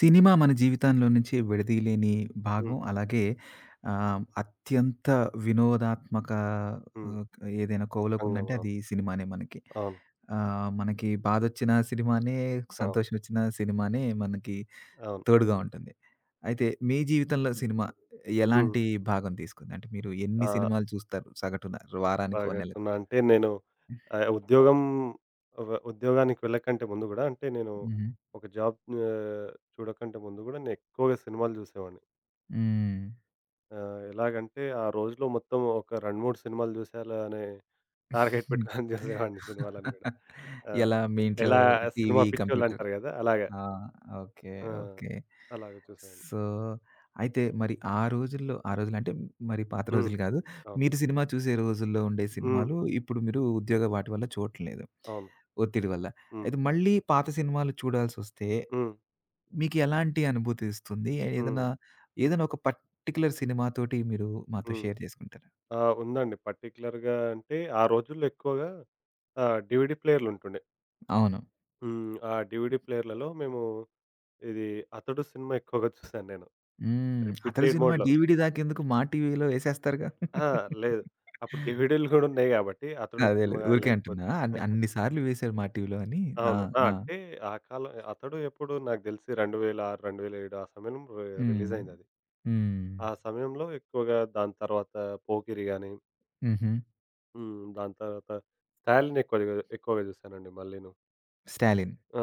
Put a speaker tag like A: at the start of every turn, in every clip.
A: Cinema మన జీవితంలో నుంచి విడదీయలేని
B: హ్మ్.
A: భాగం. అలాగే అత్యంత వినోదాత్మక
B: హ్మ్.
A: ఆహ్, ఏదైనా
B: సంఘం.
A: కోవలోకుందంటే
B: అవును.
A: అది సినిమానే మనకి.
B: అవును.
A: మనకి బాధొచ్చిన సినిమానే,
B: అవును.
A: సంతోషమొచ్చిన సినిమానే మనకి
B: అవును.
A: తోడుగా ఉంటుంది. అయితే మీ జీవితంలో సినిమా
B: హ్మ్.
A: ఎలాంటి భాగం తీసుకుంది? అంటే మీరు ఎన్ని
B: ఆహ్,
A: సినిమాలు చూస్తారు సగటున వారానికో, నెలకో?
B: సంఘటన అంటే నేను ఉద్యోగం ఉద్యోగానికి వెళ్ళకంటే ముందు గూడా అంటే నేను
A: హుహు.
B: ఒక జాబ్ ఆహ్, చూడకంటే ముందు గూడా నేను ఎక్కువగా సినిమాలు జూసేవాడిని.
A: హ్మ్.
B: ఎలాగంటే ఆ రోజులో మొత్తం ఒక 2, 3 సినిమాలు జూసేయాలి అనే టార్గెట్ పెట్టుకొని జూసేవాడిని సినిమాలను గూడా. ఆ!
A: ఎలా మీ ఇంట్లో
B: ఎలా సినిమా
A: టీవీ, కంప్యూటర్.
B: పిచ్చోళ్ళంటారు గదా! అలాగా.
A: ఆ! ఓకే.
B: ఆ!
A: ఓకే.
B: అలాగ చూసేవాడిని.
A: సో, అయితే మరి ఆ రోజుల్లో, ఆ రోజులంటే మరి పాత
B: హ్మ్.
A: రోజులు కాదు.
B: అవును.
A: మీరు సినిమా చూసే రోజుల్లో ఉండే
B: హ్మ్.
A: సినిమాలు ఇప్పుడు మీరు ఉద్యోగ వాటి వల్ల చూడట్లేదు.
B: అవును.
A: ఒత్తిడి వల్ల.
B: హ్మ్.
A: అయితే మళ్ళీ పాత సినిమాలు చూడాల్సొస్తే
B: హ్మ్.
A: మీకు ఎలాంటి అనుభూతి ఇస్తుంది?
B: హ్మ్.
A: ఏదైనా, ఏదైనా ఒక పర్టిక్యులర్ సినిమాతోటి మీరు మాతో
B: హ్మ్.
A: షేర్ చేసుకుంటారా?
B: ఆ! ఉందండి. పర్టిక్యులర్‌గా అంటే ఆ రోజుల్లో ఎక్కువగా డీవీడీ ప్లేయర్లు ఉంటుండే.
A: అవును.
B: హ్మ్. ఆ డీవీడీ ప్లేయర్‌లలో మేము ఇది 'అతడు' సినిమా ఎక్కువగా చూసాను నేను.
A: హ్మ్. అతడు
B: రిపీటెడ్
A: సినిమా
B: మోడ్‌లో.
A: డీవీడీ దాకేందుకు మా టీవీలో ఏసేస్తారుగా.
B: ఆ! లేదు. అప్పుడు డీవీడీలు గూడా ఉన్నాయి గాబట్టి 'అతడు'
A: అదేలే.
B: సినిమా గాని
A: ఊరికే అంటున్నా.
B: లేకపోతే
A: అన్ని అన్ని సార్లు వేశారు మా టీవీలో అని. ఆ!
B: అవును. ఆ!
A: ఆ!
B: అంటే ఆ కాలం 'అతడు' ఎప్పుడు నాకు తెలిసి 2006, 2007 ఆ సమయంలో
A: హ్మ్.
B: రిలీజ్ అయిందది.
A: హ్మ్.
B: ఆ సమయంలో ఎక్కువగా దాని తర్వాత 'పోకిరి' గాని,
A: హుహు.
B: హ్మ్. దాని తర్వాత 'స్టాలిన్' ఎక్కువగా ఎక్కువగా చూసానండి మళ్ళీను.
A: 'స్టాలిన్.'
B: ఆ!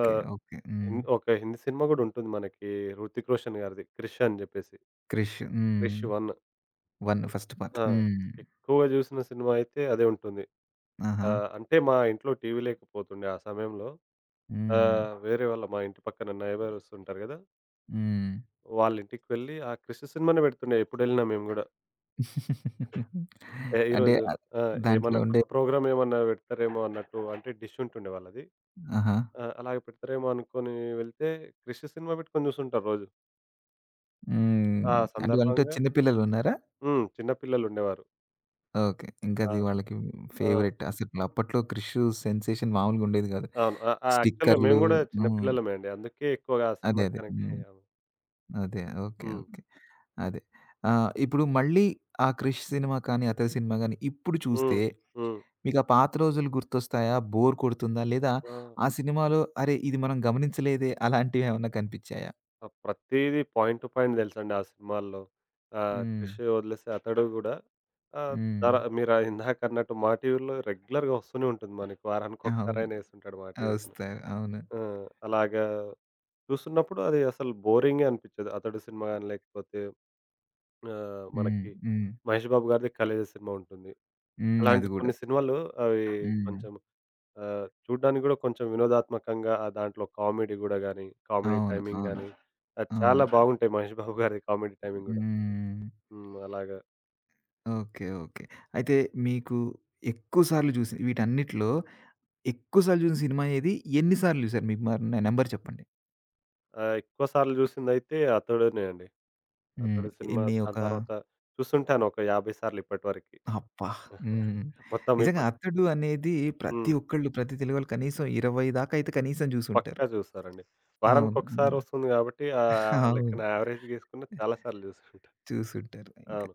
B: ఆ!
A: ఓకే. హ్మ్.
B: ఒక హిందీ సినిమా గూడా ఉంటుంది మనకి 'హృతిక్ రోషన్' గారిది 'క్రిష్' అని జెప్పేసి.
A: 'క్రిష్.' హ్మ్.
B: 'Krish 1'
A: 1 first part.
B: ఆ!
A: హ్మ్.
B: ఎక్కువగా జూసిన సినిమా అయితే అదే ఉంటుంది.
A: ఆహా!
B: అంటే మా ఇంట్లో టీవీ లేకపోతుండే ఆ సమయంలో.
A: హ్మ్.
B: వేరే వాళ్ళ మా ఇంటి పక్కన నైబర్స్ ఉంటారు గదా!
A: హ్మ్.
B: వాళ్ళ ఇంటికి వెళ్ళి ఆ 'క్రిష్' సినిమానే బెడుతుండే ఎప్పుడెళ్ళినా మేము గూడా. ఏ
A: అంటే
B: ఈరోజు ఆ!
A: దాంట్లో
B: ఏమన్నా
A: ఉండే
B: కొత్త ప్రోగ్రామ్ ఏమన్నా బెడతారేమో అన్నట్టు అంటే డిష్ ఉంటుండే వాళ్ళది.
A: ఆహా!
B: ఆ! అలాగే పెడతారేమో అనుకోని వెళ్తే 'క్రిష్' సినిమా బెట్టుకొని జూసుంటారు రోజు.
A: హ్మ్.
B: ఆ
A: హ్మ్. అంటే వాళ్ళంటే
B: సందర్భంగా
A: చిన్న పిల్లలున్నారా?
B: హ్మ్. చిన్న పిల్లలుండేవారు.
A: ఓకే.
B: ఆ!
A: ఇంకది వాళ్ళకి
B: ఆ!
A: ఫేవరెట్. అసలు అప్పట్లో 'క్రిష్' సెన్సేషన్ మామూలుగా ఉండేది కాదు.
B: అవును. ఆ! ఆ! యాక్చువల్‌గా మేము
A: స్టిక్కర్లు.
B: గూడా చిన్న
A: హ్మ్.
B: పిల్లలమే అండి. అందుకే ఎక్కువగా ఆ
A: అదే.
B: సినిమాకి
A: అదే.
B: కనెక్ట్
A: హ్మ్.
B: అయ్యాము.
A: అదే. ఓకే.
B: హ్మ్.
A: ఓకే. అదే. ఇప్పుడు మళ్ళీ ఆ 'క్రిష్' సినిమా కానీ, 'అతడు' సినిమా గానీ ఇప్పుడు చూస్తే
B: హ్మ్. హ్మ్.
A: మీకు ఆ పాత రోజులు గుర్తొస్తాయా? బోర్ కొడుతుందా? లేదా
B: ఆ!
A: ఆ సినిమాలో అరే! ఇది మనం గమనించలేదే అలాంటివేమన్నా కనిపిచ్చాయా?
B: ఆ! ప్రతీదీ పాయింట్ టు పాయింట్ తెలుసండి ఆ సినిమాల్లో.
A: హ్మ్.
B: 'క్రిష్' వదిలేసి 'అతడు' గూడా ఆహ్,
A: హ్మ్.
B: ధర మీరు ఇందాకన్నట్టు మా టీవీలో రెగ్యులర్‌గా వస్తూనే ఉంటుంది మనకి.
A: అవును.
B: వారానికొకసారైనా ఏస్తుంటాడు మా టీవీ అతను.
A: ఒస్తారు. అవును.
B: ఆ! అలాగా చూస్తున్నప్పుడు అది అసలు బోరింగే అనిపిచ్చదు. 'అతడు' సినిమా గాని లేకపోతే
A: హ్మ్.
B: మనకి
A: హ్మ్.
B: మహేష్ బాబు గారిది 'ఖలేజా' సినిమా ఉంటుంది.
A: హ్మ్. అది
B: అలాంటి
A: గూడా.
B: కొన్ని సినిమాలు అవి
A: హ్మ్.
B: కొంచెం చూడ్డానికి గూడా కొంచెం వినోదాత్మకంగా దాంట్లో కామెడీ గూడా గానీ, కామెడీ
A: అవును.
B: టైమింగ్
A: అవును.
B: గానీ, అది
A: అవును.
B: చాలా బాగుంటాయి. 'మహేష్ బాబు' గారి కామెడీ టైమింగ్ గూడా.
A: హ్మ్.
B: హ్మ్. అలాగా
A: ఓకే. ఓకే. అయితే మీకు ఎక్కువ సార్లు జూసి వీటన్నిటిలో ఎక్కువ సార్లు జూసిన సినిమా ఏది? ఎన్ని సార్లు జూసారు మీకు మరి నంబర్ చెప్పండి?
B: ఎక్కువ సార్లు జూసిందయితే అతడునే అండి.
A: హ్మ్.
B: అతడు సినిమా
A: ఎన్ని ఒక
B: దాని తర్వాత చూస్తుంటాను ఒక 50 సార్లు ఇప్పటి వరకి.
A: అబ్బా! హ్మ్.
B: మొత్తం
A: నిజంగా
B: ఇప్పుడు
A: 'అతడు' అనేది ప్రతి
B: హ్మ్.
A: ఒక్కళ్ళు ప్రతి తెలుగోళ్ళు కనీసం 20 దాకా అయితే కనీసం జూసుంటారు.
B: పక్కా చూసారండి.
A: అవును. హ్మ్.
B: వారానికొకసారొస్తుంది గాబట్టి
A: అవును.
B: లెక్కన యావరేజ్ గేసుకున్న చాలా సార్లు జూసుంటా.
A: చూసుంటారు ఇంకా.
B: అవును.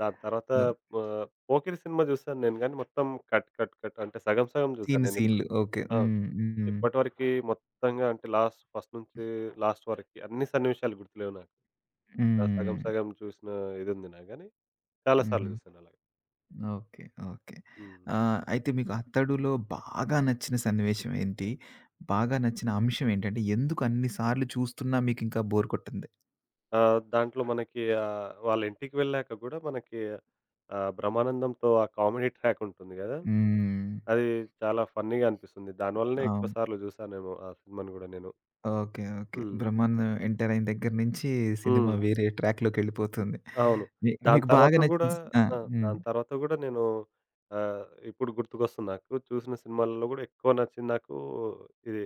B: దాని తర్వాత
A: దో
B: పో 'పోకిరి' సినిమా జూసాను నేను గానీ, మొత్తం కట్ కట్ కట్ అంటే సగం సగం జూసాను
A: సీన్లు
B: నేనిప్పుడు.
A: సీన్లు. ఓకే.
B: ఆ!
A: హ్మ్. హ్మ్.
B: ఇప్పటి వరకి మొత్తంగా అంటే లాస్ట్ ఫస్ట్ నుంచి లాస్ట్ వరకి అన్ని సన్నివేశాలు గుర్తులేవు నాకు. ఆ! సగం
A: హ్మ్.
B: సగం చూసిన ఇదుంది నాకు గానీ, చాలా సార్లు
A: హుహు.
B: జూసానలాగా.
A: ఓకే. ఓకే.
B: హ్మ్.
A: అయితే మీకు 'అతడులో' బాగా నచ్చిన సన్నివేశం ఏంటి? బాగా నచ్చిన అంశం ఏంటంటే, ఎందుకు అన్ని సార్లు చూస్తున్నా మీకింకా బోర్ కొట్టంది?
B: ఆ! దాంట్లో మనకి వాళ్ళ ఇంటికి వెళ్ళాక గూడా మనకి బ్రహ్మానందంతో ఆ కామెడీ ట్రాక్ ఉంటుంది గదా!
A: హ్మ్.
B: అది చాలా ఫన్నీగా అనిపిస్తుంది. దానివల్లనే ఎక్కువ
A: అవును.
B: సార్లు జూసానేమో ఆ సినిమాని గూడా నేను.
A: ఓకే. ఓకే.
B: హ్మ్.
A: 'బ్రహ్మానందం' ఎంటర్ అయిన దగ్గర నుంచి సినిమా
B: హ్మ్.
A: వేరే ట్రాక్‌లోకెళ్ళిపోతుంది.
B: అవును.
A: మీ
B: దాని
A: మీకు
B: తర్వాత
A: బాగా
B: గూడా
A: నచ్చిన సి ఆ!
B: ఆ!
A: హ్మ్.
B: దాని తర్వాత గూడా నేను ఆహ్, ఇప్పుడు గుర్తుకొస్తుంది నాకు. చూసిన సినిమాలలో గూడా ఎక్కువ నచ్చింది నాకు ఇది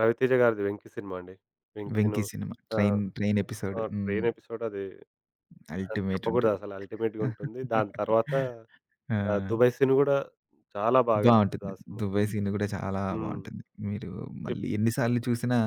B: 'రవితేజ' గారిది 'వెంకి' సినిమా అండి. 'వెంకి'ను
A: 'వెంకీ' సినిమా.
B: ఆ!
A: Train train episode.
B: ఆ!
A: హ్మ్.
B: ట్రైన్ ఎపిసోడ్ అది
A: అల్టిమేట్ ఉంటుంది.
B: చెప్పకూడదసలు అల్టిమేట్‌గా ఉంటుంది. దాని తర్వాత
A: ఆ!
B: ఆ! 'దుబాయ్ సీన్' గూడా చాలా బాగా అనిపిస్తది
A: బావుంటుంది.
B: ఆ సినిమా.
A: 'దుబాయ్' సీన్ గూడా చాలా
B: హ్మ్.
A: బావుంటుంది. మీరు
B: ఇప్
A: మళ్ళీ ఎన్ని సార్లు చూసినా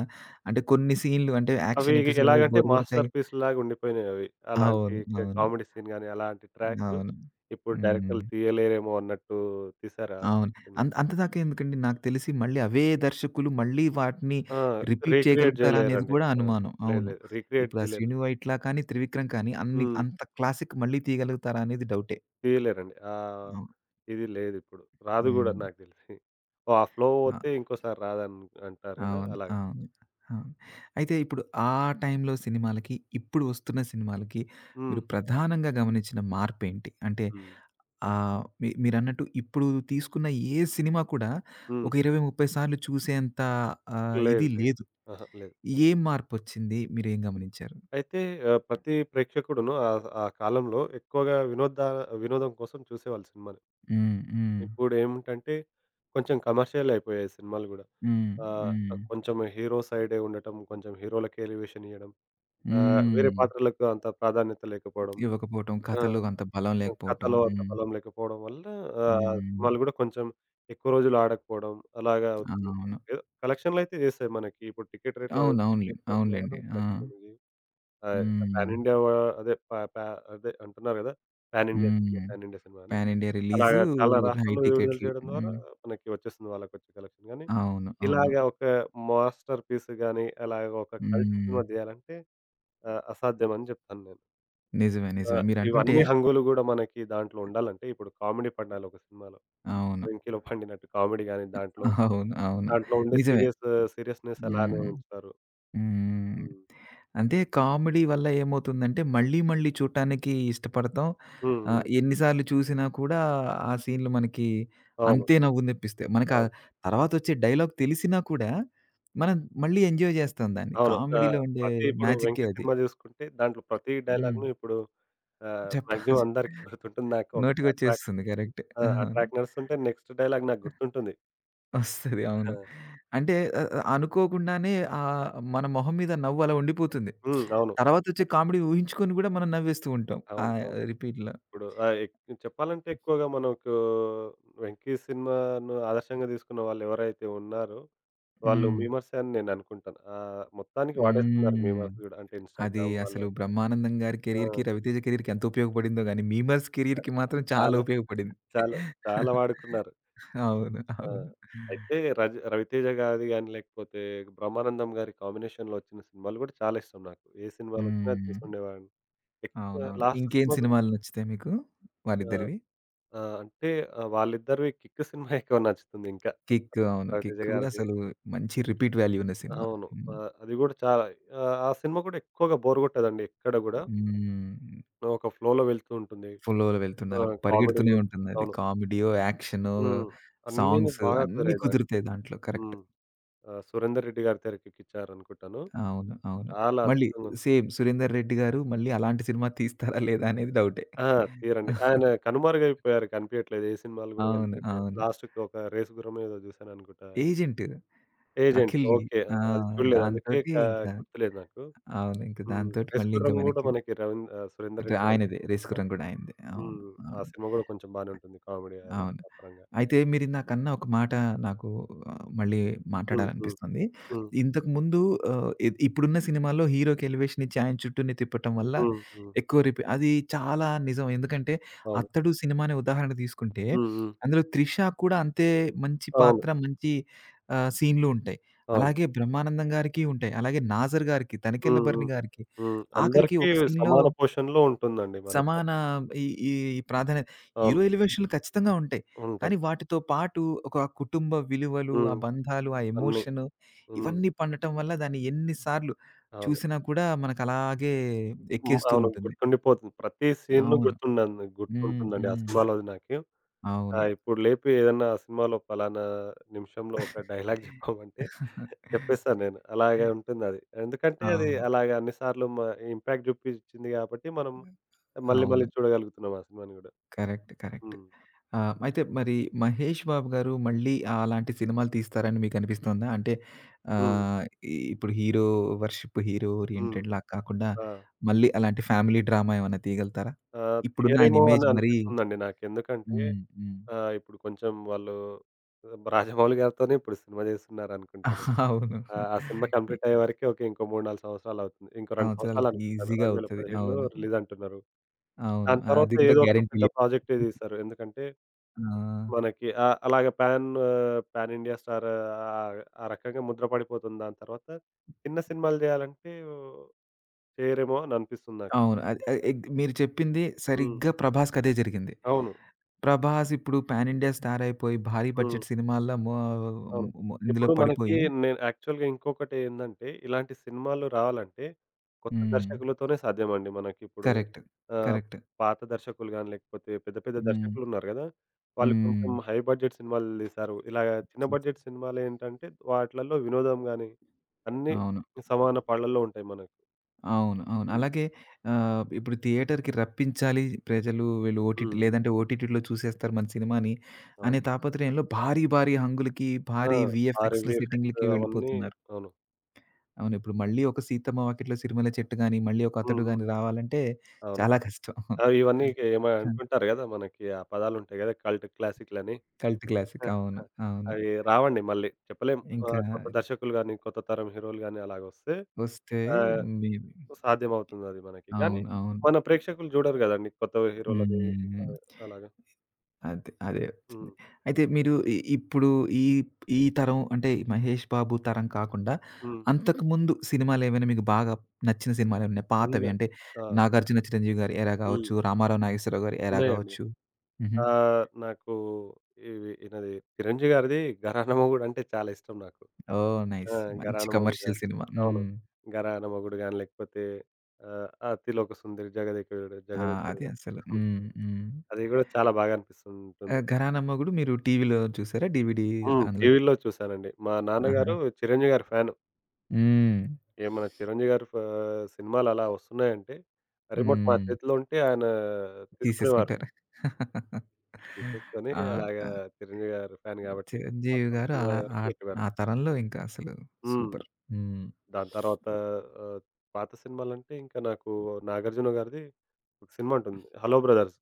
A: అంటే కొన్ని సీన్‌లు అంటే
B: అవి
A: యాక్షన్ ఎపిసోడ్‌లవి
B: ఎలాగంటే
A: బోర్ కొడతాయి.
B: మాస్టర్ పీస్‌లాగా ఉండిపోయినాయి అవి. అలాంటి
A: అవును. అవును.
B: కామెడీ సీన్ గాని, అలాంటి ట్రాక్
A: అవును.
B: ఇప్పుడు డైరెక్టర్‌లు
A: హ్మ్.
B: తీయలేరేమో అన్నట్టు తీశారు ఆ
A: అవును.
B: సినిమా.
A: అంత అంత దాకా ఎందుకండి? నాకు తెలిసి మళ్ళీ అవే దర్శకులు మళ్ళీ వాటిని
B: ఆ!
A: రిపీట్
B: రీక్రియేట్
A: చేయగలుగుతారా అనేది
B: జేయలేరండి.
A: కూడా
B: ఆ!
A: అనుమానం.
B: లేదు
A: అవును.
B: లేదు. రీక్రియేట్
A: ఇప్పుడు ఆ
B: జేయలేరు.
A: 'శ్రీను వైట్ల' కానీ, 'త్రివిక్రమ్' కానీ అన్ని
B: హ్మ్.
A: అంత క్లాసిక్ మళ్ళీ తీయగలుగుతారా అనేది డౌటే.
B: తీయలేరండి.
A: అవును.
B: ఇది లేదిప్పుడు. రాదు గూడా
A: హ్మ్.
B: నాకు దెలిసి. ఆ ఫ్లో
A: అ
B: పోతే ఇంకోసారి రాదని అంటారు గదా!
A: అవును.
B: అలాగా.
A: అవును. అవును. అయితే ఇప్పుడు ఆ టైంలో సినిమాలకి, ఇప్పుడు వస్తున్న సినిమాలకి
B: హ్మ్.
A: మీరు ప్రధానంగా గమనించిన మార్పేంటి? అంటే
B: హ్మ్.
A: మీరన్నట్టు ఇప్పుడు తీసుకున్న ఏ సినిమా కూడా
B: హ్మ్.
A: ఒక 20, 30 సార్లు చూసేంత ఇది
B: లేదు లేదు.
A: లేదు.
B: ఆహా! లేదు.
A: ఏం మార్పొచ్చింది? మీరేం గమనించారు?
B: అయితే ప్రతి ప్రేక్షకుడును ఆ కాలంలో ఎక్కువగా వినోదం కోసం చూసేవాళ్ళు సినిమాని.
A: హ్మ్. హ్మ్.
B: ఇప్పుడేమిటంటే కొంచెం కమర్షియల్ అయిపోయాయి సినిమాలు గూడా.
A: హ్మ్. హ్మ్.
B: కొంచెం హీరో సైడే ఉండటం, కొంచెం హీరోలకే ఎలివేషన్ ఇయ్యడం, వేరే
A: హ్మ్.
B: పాత్రలకు అంత ప్రాధాన్యత లేకపోవడం,
A: ఇవ్వకపోవటం,
B: ఆ!
A: కథలు అంత బలం లేకపోవటం.
B: కథలో అంత
A: హ్మ్.
B: బలం లేకపోవడం వల్ల
A: హ్మ్.
B: సినిమాలు గూడా కొంచెం ఎక్కువ రోజులు ఆడకపోవడం అలాగా అవుతుంది.
A: అవును.
B: ఏదో కలెక్షన్‌లయితే జేస్తాయి మనకి. ఇప్పుడు టికెట్ రేట్లు అవి
A: అవునవునులే. అవునులెండి. ఆ!
B: అయ్ పాన్
A: హ్మ్.
B: ఇండియా అదే ప ప అదే అంటున్నారు గదా! పాన్ ఇండియా సినిమా,
A: హ్మ్.
B: పాన్ ఇండియా సినిమా అని.
A: పాన్ ఇండియా రిలీజు
B: అలాగా చాలా
A: హై
B: రాష్ట్రాల్లో విడుదల
A: టికెట్లు.
B: చేయడం ద్వారా
A: హ్మ్.
B: మనకి వచ్చేస్తుంది వాళ్ళకొచ్చే కలెక్షన్ గానీ,
A: అవును. అవును.
B: ఇలాగ ఒక మాస్టర్ పీస్ గాని, అలాగ ఒక కల్ట్
A: హ్మ్.
B: సినిమా జేయాలంటే అసాధ్యమని జెప్తాను నేను.
A: నిజమే.
B: ఆ!
A: నిజమే. మీరంటుంటే
B: ఇవన్నీ హంగులు గూడా మనకి దాంట్లో ఉండాలంటే ఇప్పుడు కామెడీ పడాలి ఒక సినిమాలో.
A: అవును.
B: 'వెంకిలో' పండినట్టు కామెడీ గాని దాంట్లో,
A: అవును. అవును.
B: దాంట్లో ఉండే
A: నిజమే.
B: సీరియస్‌నెస్ అలానే
A: హ్మ్.
B: ఉంచుతారు.
A: హ్మ్.
B: హ్మ్.
A: అంటే కామెడీ వల్ల ఏమవుతుందంటే, మళ్ళీ మళ్ళీ చూడటానికి ఇష్టపడతాం.
B: హ్మ్. హ్మ్.
A: ఎన్ని సార్లు చూసినా కూడా ఆ సీన్‌లు మనకి
B: అవును.
A: అంతే నవ్వు తెప్పిస్తాయి. మనకా
B: అవును.
A: తర్వాతొచ్చే డైలాగ్ తెలిసినా కూడా, మనం మళ్ళీ ఎంజాయ్ చేస్తాం దాన్ని.
B: అవును.
A: కామెడీలో ఉండే
B: ప్రతి ఇప్పుడు
A: మ్యాజిక్కే
B: 'వెంకి'
A: అది.
B: సినిమా చూసుకుంటే దాంట్లో ప్రతి
A: హ్మ్.
B: డైలాగ్‌ను ఇప్పుడు
A: చెప్పా
B: మాక్సిమం అందరికి గుర్తుంటుంది. నాకు ఒక ట్రాక్
A: నోటికొచ్చేస్తుంది. కరెక్టే.
B: ఆ! ఆ
A: అవును.
B: ట్రాక్ నడుస్తుంటే నెక్స్ట్ డైలాగ్ నాకు గుర్తుంటుంది.
A: వస్తది. అవును.
B: ఆహా!
A: అంటే ఆహ్, ఆహ్, అనుకోకుండానే ఆహ్, మన మొహం మీద నవ్వు అలా ఉండిపోతుంది.
B: హ్మ్. అవును.
A: తర్వాతొచ్చే కామెడీ ఊహించుకొని కూడా మనం నవ్వేస్తూ ఉంటాం. ఆ
B: అవును. అవును.
A: రిపీట్‌లో.
B: ఇప్పుడు ఆహ్, ఎక్ చెప్పాలంటే ఎక్కువగా మనకు 'వెంకి' సినిమాను ఆదర్శంగా తీసుకున్న వాళ్ళు ఎవరైతే ఉన్నారో వాళ్ళు
A: హ్మ్.
B: మీమర్సే అని నేను అనుకుంటాను. మొత్తానికి వాడేసుకున్నారు
A: హ్మ్.
B: మీమర్స్ గూడా. అంటే
A: అది
B: ఇన్‌స్టాగ్రామ్ వాళ్ళు
A: అసలు బ్రహ్మానందం గారి
B: ఆ!
A: కెరియర్‌కి, రవితేజ కెరియర్‌కి ఎంత ఉపయోగపడిందో గాని, మీమర్స్ కెరియర్‌కి మాత్రం చాలా
B: చాలా
A: ఉపయోగపడింది.
B: చాలా చాలా వాడుకున్నారు.
A: అవును.
B: ఆ!
A: అవును.
B: అయితే 'రవితేజ' గారిది గాని, లేకపోతే 'బ్రహ్మానందం' గారి కాంబినేషన్‌లో వచ్చిన సినిమాలు గూడా చాలా ఇష్టం నాకు. ఏ సినిమాలొచ్చినా
A: హ్మ్.
B: చూస్తుండేవాడిని. ఎక్కువ
A: అవునవును.
B: లాస్ట్
A: ఇంకేం
B: సినిమా గూడా
A: సినిమాలు నచ్చుతాయి మీకు
B: ఆ!
A: వాళ్ళిద్దరివి?
B: ఆ! అంటే వాళ్ళిద్దరివి 'కిక్' సినిమా ఎక్కువ నచ్చుతుంది ఇంకా
A: 'కిక్' అవును. 'కిక్'
B: 'రవితేజ'
A: కూడా
B: గారిది.
A: అసలు మంచి రిపీట్ వాల్యూ ఉన్న సినిమా.
B: అవును.
A: హ్మ్.
B: అది గూడా చాలా ఆ సినిమా కూడా ఎక్కువగా బోర్ గొట్టదండి ఎక్కడ గూడా.
A: హ్మ్.
B: ఒక ఫ్లోలో వెళ్తూ ఉంటుంది.
A: ఫ్లోలో వెళ్తుంది.
B: ఆ!
A: అలా
B: కామెడీ
A: పరిగెడుతూనే
B: గూడా
A: ఉంటుందది.
B: అవును.
A: కామెడీయో, యాక్షనో,
B: హ్మ్. అన్నీను
A: సాంగ్స్
B: బాగా
A: అన్నీ
B: కుదిరాయి దాంట్లో.
A: కుదురుతాయి దాంట్లో. కరెక్ట్.
B: హ్మ్. 'సురేందర్ రెడ్డి' గారు తెరకెక్కించారనుకుంటాను.
A: అవును. అవును.
B: చాలా
A: మళ్ళీ
B: అద్భుతంగుంది.
A: సేమ్ 'సురేందర్ రెడ్డి' గారు మళ్ళీ అలాంటి సినిమా తీస్తారా లేదా అనేది డౌటే.
B: ఆ! తీరండి. ఆయన కనుమరుగైపోయారు. కనిపియట్లేదు. ఏ సినిమాలు గూడా
A: అవును.
B: కనిపియట్లేదు.
A: అవును.
B: లాస్ట్‌కి ఒక రేసు గుర్రం ఏదో జూసాననుకుంటా.
A: 'ఏజెంట్'
B: 'ఏజెంట్'
A: 'అఖిల్‌ది'
B: ఓకే. ఆ!
A: ఆ!
B: అది చూడలేదు. అందుకే
A: దాంతోటి ఇంకా
B: గుర్తులేదు నాకు.
A: అవును. ఇంక
B: హ్మ్.
A: దాంతోటి
B: 'రేసు
A: మళ్ళీ ఇంక
B: గుర్రం' గూడా
A: వెనక్కి
B: మనకి సురేందర్ రెడ్డి గారిది.
A: ఆయనదే 'రేసుగుర్రం' కూడా ఆయనదే. అవును.
B: హ్మ్. ఆ
A: అవును.
B: సినిమా గూడా కొంచెం బానే ఉంటుంది. కామెడీ అది
A: అవును.
B: ఆ పరంగా.
A: అయితే మీరిందాకన్న ఒక మాట నాకు మళ్ళీ
B: హ్మ్. హ్మ్.
A: మాట్లాడాలనిపిస్తుంది.
B: హ్మ్.
A: ఇంతకుముందు ఇప్పుడున్న సినిమాల్లో హీరోకి ఎలివేషన్ ఇచ్చి ఆయన చుట్టూనే తిప్పటం వల్ల
B: హ్మ్. హ్మ్.
A: ఎక్కువ రిపీ అది చాలా నిజం. ఎందుకంటే
B: అవును.
A: 'అత్తడు' సినిమానే ఉదాహరణ తీసుకుంటే
B: హ్మ్. హ్మ్.
A: అందులో 'త్రిష' కూడా అంతే మంచి
B: అవును.
A: పాత్ర, మంచి సీన్లు ఉంటాయి.
B: అవును.
A: అలాగే బ్రహ్మానందం గారికి ఉంటాయి. అలాగే 'నాజర్' గారికి, 'తనికెళ్ళ
B: హ్మ్. హ్మ్.
A: భరణి' గారికి
B: హ్మ్.
A: ఆఖరికి
B: అందరికీ
A: ఒక సీన్‌లో
B: సమాన పోషణలో ఉంటుందండి మనకి.
A: సమాన ఈ ఈ ఈ ప్రాధాన్యత
B: అవును.
A: హీరో ఎలివేషన్‌లు ఖచ్చితంగా ఉంటాయి.
B: ఉంటాయి.
A: కానీ వాటితో పాటు ఒక కుటుంబ విలువలు, ఆ
B: హ్మ్.
A: బంధాలు, ఆ
B: అన్నీ.
A: ఎమోషను
B: హ్మ్.
A: ఇవన్నీ పండటం వల్ల దాన్ని ఎన్ని సార్లు
B: అవును.
A: చూసినా కూడా మనకలాగే
B: హ్మ్.
A: ఎక్కేస్తూ
B: అవును.
A: ఉంటుంది.
B: గుర్తుండిపోతుంది. ప్రతి సీన్
A: అవును.
B: గుర్తుండదు
A: హ్మ్.
B: గుర్తుంటుందండి ఆ
A: హ్మ్.
B: సినిమాలోది నాకు. ఆ!
A: అవును.
B: ఇప్పుడు లేపి ఏదన్నా ఆ సినిమాలో పలానా నిమిషంలో ఒక డైలాగ్ చెప్పమంటే చెప్పేస్తాను నేను. అలాగే ఉంటుందది. ఎందుకంటే అది
A: అవును.
B: అలాగ అన్ని సార్లు ఇంపాక్ట్ చూపిచ్చింది కాబట్టి మనం మళ్ళీ మళ్ళీ
A: అవును.
B: చూడగలుగుతున్నాం ఆ సినిమాని గూడా.
A: కరెక్ట్. కరెక్ట్.
B: హ్మ్.
A: అయితే మరి 'మహేష్ బాబు' గారు మళ్ళీ అలాంటి సినిమాలు తీస్తారని మీకనిపిస్తోందా? అంటే
B: హ్మ్.
A: ఆహ్, ఇప్పుడు హీరో వర్షిప్, హీరో
B: హ్మ్.
A: ఓరియెంటెడ్‌లా కాకుండా
B: ఆ!
A: మళ్ళీ అలాంటి ఫ్యామిలీ డ్రామా ఏమన్నా తీయగలుగుతారా? ఇప్పుడున్న ఆయన
B: తీయరేమో
A: ఇమేజ్
B: అని
A: మరీ
B: అనిపిస్తుందండి నాకు. ఎందుకంటే
A: హ్మ్. హ్మ్.
B: ఇప్పుడు కొంచెం వాళ్ళు రాజమౌళి గారితోనే ఇప్పుడు సినిమా చేస్తున్నారనుకుంటాను.
A: అవును.
B: ఆ! ఆ సినిమా
A: ఈ
B: కంప్లీట్ అయ్యే వరకే ఓకే. ఇంకో 3, 4 సంవత్సరాలవుతుంది. ఇంకో 2
A: సంవత్సరాలు
B: సంవత్సరాలనుకుంటాను.
A: ఈజీగా అవుతది.
B: 2017లో
A: అవును.
B: రిలీజంటున్నారు.
A: అవును.
B: దాని తర్వాత
A: అది కూడా
B: ఏదో ఒక
A: గ్యారంటీ
B: పెద్ద
A: లేదు.
B: ప్రాజెక్టే తీస్తారు. ఎందుకంటే
A: ఆ!
B: మనకి ఆహ్, అలాగే పాన్ పాన్ ఇండియా స్టార్ ఆ రకంగా ముద్ర పడిపోతుంది. దాని తర్వాత చిన్న సినిమాలు చేయాలంటే చేయరేమో అని అనిపిస్తుంది నాకు.
A: అవును. అది ఆహ్, ఎగ్ మీరు చెప్పింది
B: హ్మ్.
A: సరిగ్గా 'ప్రభాస్‌కి' అదే జరిగింది.
B: అవును.
A: 'ప్రభాస్' ఇప్పుడు పాన్ ఇండియా స్టార్ అయిపోయి, భారీ
B: హ్మ్.
A: బడ్జెట్ సినిమాల్లో మో
B: అవును.
A: మో ఇందులో
B: ఇప్పుడు మనకి
A: పడిపోయి
B: నేను యాక్చువల్‌గా ఇంకొకటేందంటే, ఇలాంటి సినిమాలు రావాలంటే కొత్త
A: హ్మ్.
B: దర్శకులతోనే సాధ్యమండి మనకిప్పుడు.
A: కరెక్ట్.
B: ఆహ్,
A: కరెక్ట్.
B: పాత దర్శకులు గాని, లేకపోతే పెద్ద పెద్ద
A: హ్మ్.
B: దర్శకులున్నారు గదా! వాళ్ళు కొంచెం
A: హ్మ్.
B: హై బడ్జెట్ సినిమాలు తీశారు. ఇలాగ చిన్న బడ్జెట్ సినిమాలేంటంటే, వాటిలలో వినోదం గాని, అన్నీ
A: అవును.
B: సమాన పాళ్ళల్లో ఉంటాయి మనకు.
A: అవును. అవును.
B: హ్మ్.
A: అలాగే ఇప్పుడు థియేటర్‌కి రప్పించాలి ప్రజలు వీళ్ళు
B: హ్మ్.
A: ఓటీటీ
B: హ్మ్.
A: లేదంటే ఓటీటీలో చూసేస్తారు మన సినిమాని
B: అవును.
A: అనే తాపత్రయంలో భారీ, భారీ హంగులకి,
B: ఆ!
A: భారీ
B: ఆ
A: వీఎఫ్ఎక్స్‌లు
B: రివ్యూ ఎఫెక్ట్స్
A: సెట్టింగ్‌లకి
B: అవన్నీ
A: వెళ్ళిపోతున్నారు.
B: అవును.
A: అవును. ఇప్పుడు మళ్ళీ ఒక 'సీతమ్మ వాకిట్లో సిరిమల్లె చెట్టు' గాని, మళ్ళీ ఒక
B: హ్మ్.
A: 'అతడు' గాని
B: హ్మ్.
A: రావాలంటే
B: అవును.
A: చాలా కష్టం.
B: ఆ! ఇవన్నీ అంటుంటారు గదా! మనకి ఆ పదాలుంటాయి గదా! కల్ట్ క్లాసిక్‌లని.
A: కల్ట్
B: ఆ!
A: క్లాసిక్. అవును.
B: ఆ!
A: అవును.
B: అవి రావండి మళ్ళీ. చెప్పలేం.
A: ఇంకా
B: కొత్త దర్శకులు గాని, కొత్త తరం హీరోలు గాని అలాగొస్తే
A: వస్తే
B: ఆహ్,
A: మేబీ
B: సాధ్యమవుతుందది మనకి. కానీ
A: అవును. అవును.
B: మన ప్రేక్షకులు చూడరు గదండీ కొత్త హీరోలని
A: హ్మ్.
B: అలాగా.
A: అదే. అదే వచ్చింది.
B: హ్మ్.
A: అయితే మీరు ఇప్పుడు ఈ ఈ తరం అంటే మహేష్ బాబు తరం కాకుండా
B: హ్మ్.
A: అంతకుముందు సినిమాలేమైనా మీకు బాగా నచ్చిన సినిమాలేమున్నాయా? పాతవి
B: ఉన్నాయి.
A: అంటే
B: ఆ!
A: 'నాగార్జున చిరంజీవి' గారి ఎరా
B: హ్మ్.
A: గావచ్చు, 'రామారావు నాగేశ్వరరావు' గారి ఎరా
B: ఉన్నాయండి.
A: గావచ్చు. హుహు.
B: నాకు ఇవి ఈనది 'చిరంజీవి' గారిది 'ఘరానా మొగుడు' అంటే చాలా ఇష్టం నాకు.
A: ఓహ్!
B: ఆ!
A: నైస్. మంచి
B: 'ఘరానా మొగుడు'
A: కమర్షియల్
B: గాని
A: సినిమా.
B: అవును.
A: హ్మ్.
B: 'ఘరానా మొగుడు' గాని లేకపోతే ఆ 'అతిలోక సుందరి',
A: ఆ!
B: 'జగదేక
A: అది
B: వీరుడు'
A: అసలు. హ్మ్. హ్మ్.
B: అది గూడా చాలా బాగా అనిపిస్తుంటుంది.
A: 'ఘరానా మొగుడు' మీరు టీవీలో చూసారా? డీవీడీ
B: హ్మ్.
A: అందులో
B: టీవీలో చూసానండి. మా
A: ఆహా!
B: నాన్నగారు ఓకే. చిరంజీవి గారి ఫ్యాను.
A: హ్మ్.
B: ఏమన్నా చిరంజీవి గారి సినిమాలు అలా వస్తున్నాయంటే, రిమోట్ మా
A: హ్మ్.
B: చేతిలో ఉంటే ఆయన తీసుకునేవారు.
A: తీసేసుకుంటారు.
B: తీసేసుకొని
A: ఆ!
B: అలాగా
A: ఆ!
B: చిరంజీవి గారి ఫ్యాన్ గాబట్టి
A: చిరంజీవి
B: మొత్తం
A: గారు ఆ
B: సినిమా అయ్యే
A: ఆ
B: వరకు పెట్టేవారు.
A: ఆ తరంలో ఇంకా అసలు
B: హ్మ్.
A: సూపర్. హ్మ్.
B: దాని తర్వాత ఆహ్, పాత సినిమాలంటే ఇంకా నాకు నాగార్జున గారిది ఒక సినిమా ఉంటుంది. 'Hello brothers'.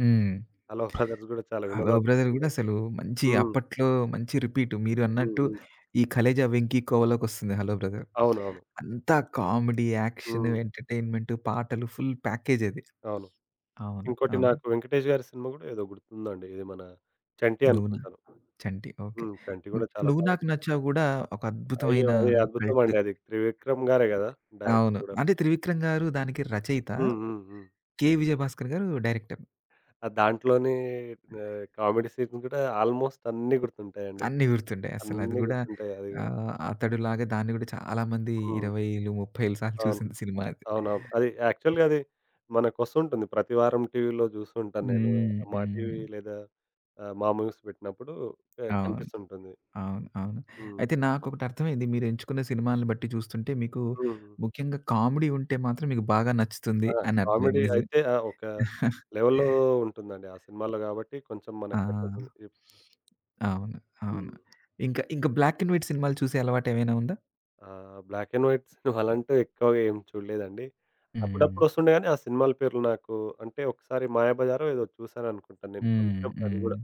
A: హ్మ్.
B: 'హలో బ్రదర్స్' గూడా చాలా
A: 'హలో బ్రదర్' గూడా
B: వినోదాత్మకంగా
A: అసలు మంచి
B: హ్మ్.
A: అప్పట్లో మంచి రిపీట్ మీరు
B: హ్మ్.
A: అన్నట్టు
B: హ్మ్.
A: ఈ 'కలేజా వెంకి కోవలో'కొస్తుంది 'హలో బ్రదర్.'
B: అవునవును.
A: అంతా కామెడీ, యాక్షన్,
B: హ్మ్.
A: ఎంటర్‌టైన్‌మెంట్, పాటలు ఫుల్ ప్యాకేజ్ అది.
B: అవును.
A: అవును.
B: ఇంకోటి
A: అవును.
B: నాకు వెంకటేష్ గారి సినిమా గూడా ఏదో గుర్తుందండి. ఇది మన 'చంటి'
A: నువ్వు నా'
B: అనుకుంటాను.
A: చంటి. ఓకే.
B: హ్మ్. 'చంటి'
A: హ్మ్.
B: గూడా చాలా
A: 'నువ్వు నాకు
B: బాగుంది.
A: నచ్చావు' గూడా ఒక
B: అయ్యో!
A: అద్భుతమైన
B: అది అద్భుతం
A: కల్ట్.
B: అండి. అది త్రివిక్రమ్ గారే గదా! డైరెక్టర్
A: అవును.
B: గూడా.
A: అంటే త్రివిక్రమ్ గారు దానికి రచయిత.
B: హ్మ్. హ్మ్. హ్మ్.
A: కె. విజయభాస్కర్ గారు డైరెక్టర్.
B: దాంట్లోనే కామెడీ సీన్స్ గూడా ఆల్‌మోస్ట్ అన్నీ గుర్తుంటాయండి.
A: అన్నీ గుర్తుండే అసలు అది
B: అన్నీ
A: గూడా
B: గుర్తుంటాయి అది గూడా.
A: అతడులాగా దాన్ని గూడా చాలా మంది
B: హ్మ్.
A: 20లు, 30లు సార్లు
B: అవును.
A: చూసింది సినిమా అది.
B: అవునవును. అది యాక్చువల్‌గా అది మనకొస్తుంటుంది. ప్రతి వారం టీవీలో జూస్తుంటాను నేను.
A: హ్మ్.
B: మా
A: హ్మ్.
B: టీవీ లేదా మా మూవీస్ పెట్టినప్పుడు
A: అవును.
B: కనిపిస్తుంటుంది.
A: అవును. అవును.
B: హ్మ్.
A: అయితే నాకొకటి అర్థమైంది. మీరు ఎంచుకున్న సినిమాలను బట్టి చూస్తుంటే మీకు
B: హ్మ్.
A: ముఖ్యంగా కామెడీ ఉంటే మాత్రం మీకు బాగా నచ్చుతుంది
B: ఆ!
A: అని అర్థమైంది.
B: కామెడీ
A: నిజమే.
B: అయితే ఆ! ఒక లెవెల్‌లో ఉంటుందండి. ఆ సినిమాలో కాబట్టి కొంచెం
A: ఆ!
B: మనకు నచ్చేస్తుంది. ఇప్
A: అవును. అవును.
B: హ్మ్.
A: ఇంకా, ఇంకా బ్లాక్ అండ్ వైట్ సినిమాలు చూసే అలవాటేమైనా ఉందా?
B: బ్లాక్ అండ్ వైట్ సినిమాలంటూ ఎక్కువగా ఏం చూడలేదండి.
A: హ్మ్.
B: అప్పుడప్పుడు వస్తుండే గానీ ఆ సినిమాల పేర్లు నాకు అంటే ఒకసారి 'మాయాబజారో' ఏదో చూశాననుకుంటాను నేను
A: హ్మ్.
B: కొంచెం అది
A: హ్మ్.
B: గూడా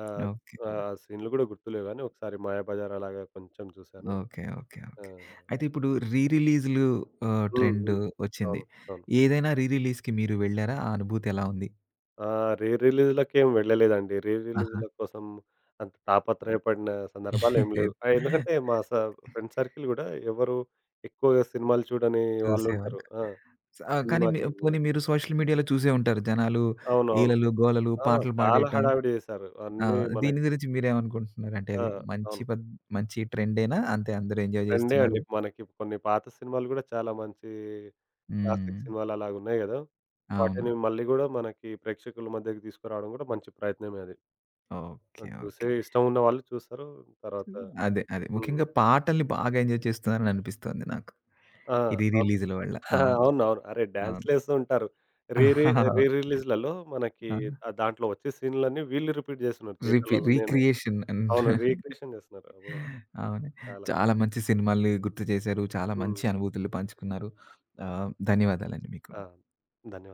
B: ఆహ్,
A: ఓకే.
B: ఆహ్, సీన్లు గూడా గుర్తులేవు గానీ ఒకసారి 'మాయాబజార్' అలాగా కొంచెం చూశాను.
A: ఓకే. ఓకే.
B: ఆ!
A: ఓకే. అయితే ఇప్పుడు రీ రిలీజ్‌లు
B: హ్మ్.
A: ట్రెండ్
B: హ్మ్.
A: వచ్చింది.
B: అవును. అవును.
A: ఏదైనా రీ రిలీజ్‌కి మీరు వెళ్లారా? ఆ అనుభూతి ఎలా ఉంది?
B: ఆ! రీ రిలీజ్‌లకేం వెళ్ళలేదండి. రీ
A: ఆహా!
B: రిలీజ్‌ల కోసం అంత తాపత్రయపడిన సందర్భాలేం లేవు.
A: లేదు.
B: ఎందుకంటే మా ఫ్రెండ్ సర్కిల్ గూడా ఎవరు ఎక్కువగా సినిమాలు చూడని
A: చూసేవాళ్ళు.
B: వాళ్ళుంటారు. ఆ!
A: ఆ! కానీ
B: సినిమా
A: మీ
B: జ్ఞానులు.
A: పోనీ మీరు సోషల్ మీడియాలో చూసే ఉంటారు. జనాలు
B: అవునవును.
A: ఈలలు, గోలలు,
B: ఆ!
A: పాటలు
B: చాలా
A: పాడేయటం.
B: హడావిడి చేశారు.
A: ఆ!
B: అన్నీ
A: దీని
B: మనకి
A: గురించి మీరేమనుకుంటున్నారు? అంటే
B: ఆ!
A: అది
B: అవును.
A: మంచి ట్రెండేనా? అంతే అందరూ ఎంజాయ్
B: రెండే
A: చేస్తున్నారు?
B: అండి. మనకి కొన్ని పాత సినిమాలు గూడా చాలా మంచి
A: హ్మ్.
B: క్లాసిక్ సినిమాలు అలాగున్నాయి గదా!
A: అవును.
B: వాటిని మళ్ళీ గూడా మనకి ప్రేక్షకుల మధ్యకి తీసుకురావడం గూడా మంచి ప్రయత్నమే అది.
A: ఓకే.
B: అది
A: ఓకే.
B: చూసే ఇష్టం ఉన్న వాళ్ళు చూస్తారు. తర్వాత
A: అదే. అదే.
B: హ్మ్.
A: ముఖ్యంగా పాటల్ని బాగా ఎంజాయ్ చేస్తున్నారని అనిపిస్తోంది నాకు.
B: ఆ!
A: ఈ రీ
B: అవును.
A: రిలీజ్‌ల వల్ల.
B: ఆ!
A: అవును.
B: అవునవును. అరే!
A: అవును.
B: డాన్స్‌లేస్తూ ఉంటారు. రీ రీ రీ రిలీజ్‌లలో మనకి
A: ఆ!
B: దాంట్లో వచ్చే సీన్‌లన్నీ వీళ్ళు రిపీట్ చేస్తున్నారు థియేటర్‌లలో. నేను
A: రీక్రియేషన్ అండ్
B: అవును. రీక్రియేషన్ చేస్తున్నారు. అబ్బో!
A: అవును.
B: చాలా.
A: చాలా మంచి సినిమాల్ని గుర్తు చేశారు. చాలా
B: హ్మ్.
A: మంచి అనుభూతులు పంచుకున్నారు. ధన్యవాదాలండి మీకు.
B: ఆ! ధన్యవాదాలు.